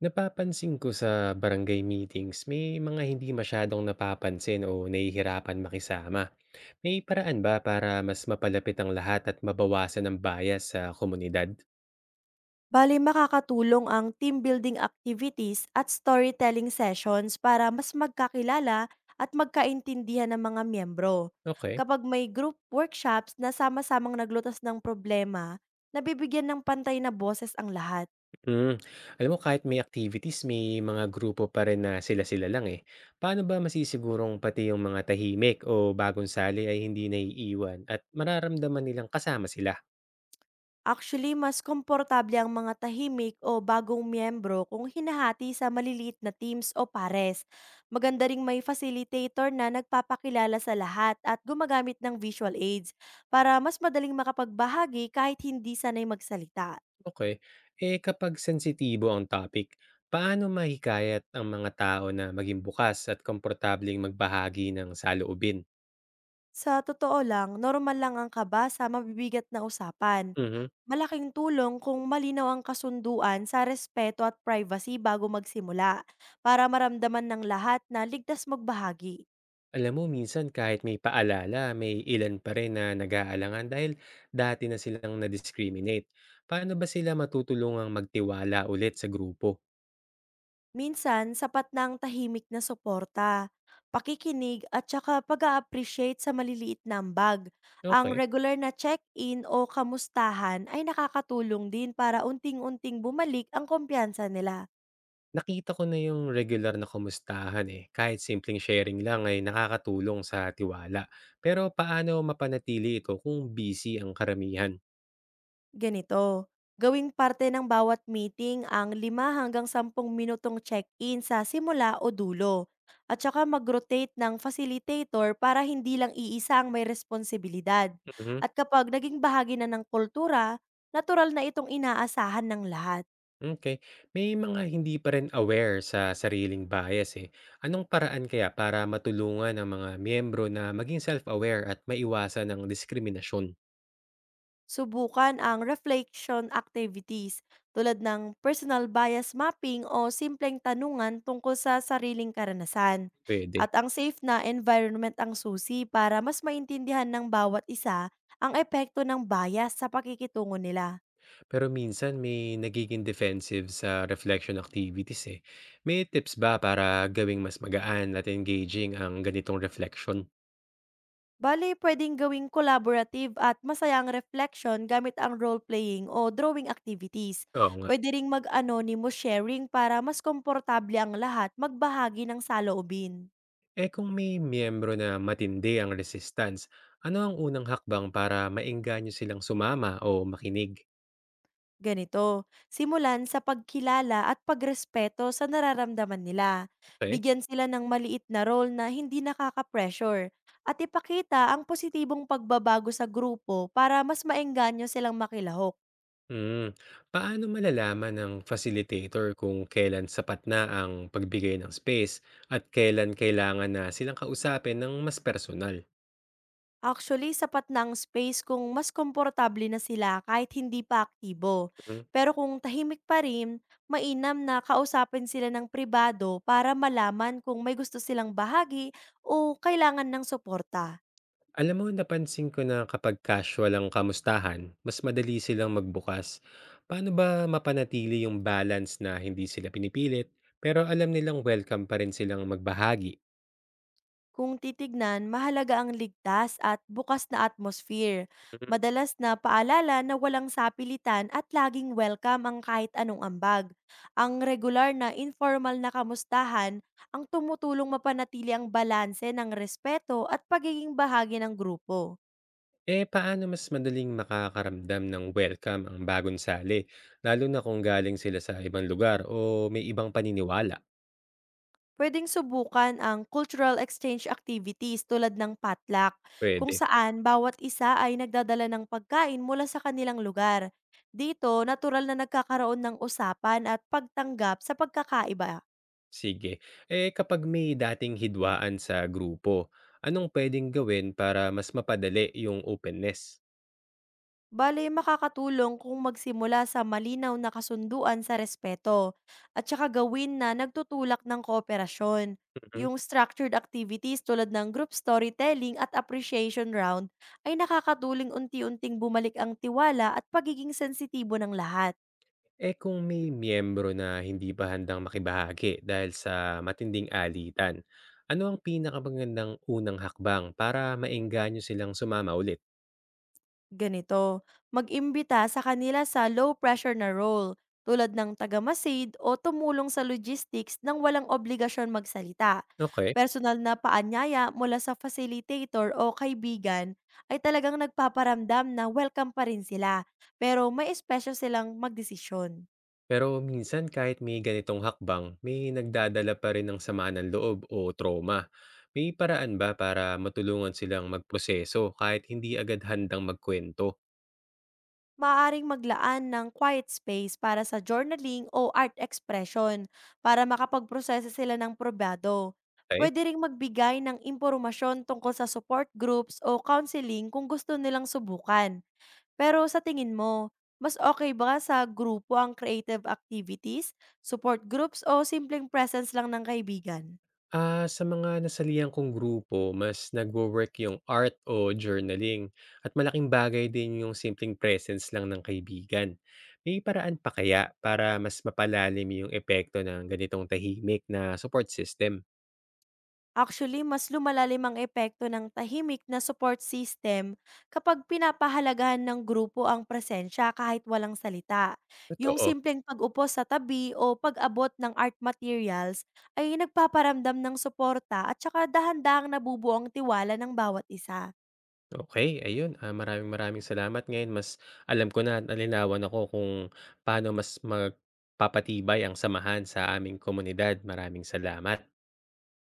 Napapansin ko sa barangay meetings, may mga hindi masyadong napapansin o nahihirapan makisama. May paraan ba para mas mapalapit ang lahat at mabawasan ang bias sa komunidad? Bale makakatulong ang team building activities at storytelling sessions para mas magkakilala at magkaintindihan ng mga miyembro. Okay. Kapag may group workshops na sama-samang naglutas ng problema, nabibigyan ng pantay na boses ang lahat. Mm. Alam mo, kahit may activities, may mga grupo pa rin na sila-sila lang eh. Paano ba masisigurong pati yung mga tahimik o bagong sali ay hindi naiiwan at mararamdaman nilang kasama sila? Actually, mas komportable ang mga tahimik o bagong miyembro kung hinahati sa maliliit na teams o pares. Maganda ring may facilitator na nagpapakilala sa lahat at gumagamit ng visual aids para mas madaling makapagbahagi kahit hindi sanay magsalita. Okay. Eh, kapag sensitibo ang topic, paano mahikayat ang mga tao na maging bukas at komportableng magbahagi ng saloobin? Sa totoo lang, normal lang ang kaba sa mabibigat na usapan. Mhm. Malaking tulong kung malinaw ang kasunduan sa respeto at privacy bago magsimula para maramdaman ng lahat na ligtas magbahagi. Alam mo, minsan kahit may paalala, may ilan pa rin na nag-aalangan dahil dati na silang na-discriminate. Paano ba sila matutulungang magtiwala ulit sa grupo? Minsan sapat na ang tahimik na suporta, pakikinig at saka pag appreciate sa maliliit na ambag. Ang Okay. regular na check-in o kamustahan ay nakakatulong din para unting-unting bumalik ang kumpiyansa nila. Nakita ko na yung regular na kamustahan, eh, kahit simpleng sharing lang ay nakakatulong sa tiwala. Pero paano mapanatili ito kung busy ang karamihan? Ganito, gawing parte ng bawat meeting ang lima hanggang 10 minutong check-in sa simula o dulo. At saka mag-rotate ng facilitator para hindi lang iisa ang may responsibilidad. Mhm. At kapag naging bahagi na ng kultura, natural na itong inaasahan ng lahat. Okey. May mga hindi pa rin aware sa sariling bias, eh. Anong paraan kaya para matulungan ang mga miyembro na maging self-aware at maiwasan ang diskriminasyon? Subukan ang reflection activities tulad ng personal bias mapping o simpleng tanungan tungkol sa sariling karanasan. Pwede. At ang safe na environment ang susi para mas maintindihan ng bawat isa ang epekto ng bias sa pakikitungo nila. Pero minsan may nagiging defensive sa reflection activities, eh. May tips ba para gawing mas magaan at engaging ang ganitong reflection? Bali, pwedeng gawing collaborative at masayang reflection gamit ang role-playing o drawing activities. Oo nga. Pwede ring mag-anonymous sharing para mas komportable ang lahat magbahagi ng saloobin. Eh, kung may miyembro na matindi ang resistance, ano ang unang hakbang para maengganyo silang sumama o makinig? Ganito, simulan sa pagkilala at pagrespeto sa nararamdaman nila. Okay. Bigyan sila ng maliit na role na hindi nakaka-pressure at ipakita ang positibong pagbabago sa grupo para mas maengganyo silang makilahok. Hmm, paano malalaman ng facilitator kung kailan sapat na ang pagbigay ng space at kailan kailangan na silang kausapin ng mas personal? Actually, sapat na ang space kung mas komportable na sila kahit hindi pa aktibo. Mm. Pero kung tahimik pa rin, mainam na kausapin sila ng pribado para malaman kung may gusto silang bahagi o kailangan ng suporta. Alam mo, napansin ko na kapag casual ang kamustahan, mas madali silang magbukas. Paano ba mapanatili yung balance na hindi sila pinipilit, pero alam nilang welcome pa rin silang magbahagi? Kung titignan, mahalaga ang ligtas at bukas na atmosphere. Madalas na paalala na walang sapilitan at laging welcome ang kahit anong ambag. Ang regular na informal na kamustahan ang tumutulong mapanatili ang balanse ng respeto at pagiging bahagi ng grupo. Eh, paano mas madaling makakaramdam ng welcome ang bagong sali, lalo na kung galing sila sa ibang lugar o may ibang paniniwala? Puwedeng subukan ang cultural exchange activities tulad ng potluck, kung Pwede. saan bawat isa ay nagdadala ng pagkain mula sa kanilang lugar. Dito, natural na nagkakaroon ng usapan at pagtanggap sa pagkakaiba. Sige. Eh, kapag may dating hidwaan sa grupo, anong pwedeng gawin para mas mapadali yung openness? Bale, makakatulong kung magsimula sa malinaw na kasunduan sa respeto at saka gawin na nagtutulak ng kooperasyon. Mhm. Yung structured activities tulad ng group storytelling at appreciation round ay nakakatuling unti-unting bumalik ang tiwala at pagiging sensitibo ng lahat. Eh, kung may miyembro na hindi pa handang makibahagi dahil sa matinding alitan, ano ang pinakamagandang unang hakbang para maengganyo silang sumama ulit? Ganito, mag-imbita sa kanila sa low-pressure na role tulad ng tagamasid o tumulong sa logistics nang walang obligasyon magsalita. Okay. Personal na paanyaya mula sa facilitator o kaibigan ay talagang nagpaparamdam na welcome pa rin sila, pero may espesyo silang magdesisyon. Pero minsan kahit may ganitong hakbang, may nagdadala pa rin ng sama ng loob o trauma. May paraan ba para matulungan silang magproseso kahit hindi agad handang magkwento? Maaring maglaan ng quiet space para sa journaling o art expression para makapagprosesa sila ng probado. Okay? Pwede ring magbigay ng impormasyon tungkol sa support groups o counseling kung gusto nilang subukan. Pero sa tingin mo, mas okay ba sa grupo ang creative activities, support groups o simpleng presence lang ng kaibigan? Ah, sa mga nasalihan kong grupo, mas nagwo-work yung art o journaling at malaking bagay din yung simpleng presence lang ng kaibigan. May paraan pa kaya para mas mapalalim yung epekto ng ganitong tahimik na support system? Actually, mas lumalalim ang epekto ng tahimik na support system kapag pinapahalagahan ng grupo ang presensya kahit walang salita. Yung Totoo. simpleng pag-upo sa tabi o pag-abot ng art materials ay nagpaparamdam ng suporta at saka dahan-dahang nabubuo ang tiwala ng bawat isa. Okay, ayun, ah, maraming maraming salamat. Ngayon mas alam ko na at nalinawan ako kung paano mas magpapatibay ang samahan sa aming komunidad. Maraming salamat.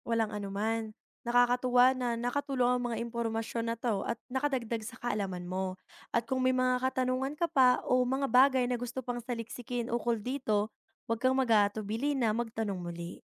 Walang anuman. Nakakatuwa na nakatulong ang mga impormasyon na 'to at nakadagdag sa kaalaman mo. At kung may mga katanungan ka pa o mga bagay na gusto pang saliksikin ukol dito, huwag kang mag-aatubili na magtanong muli.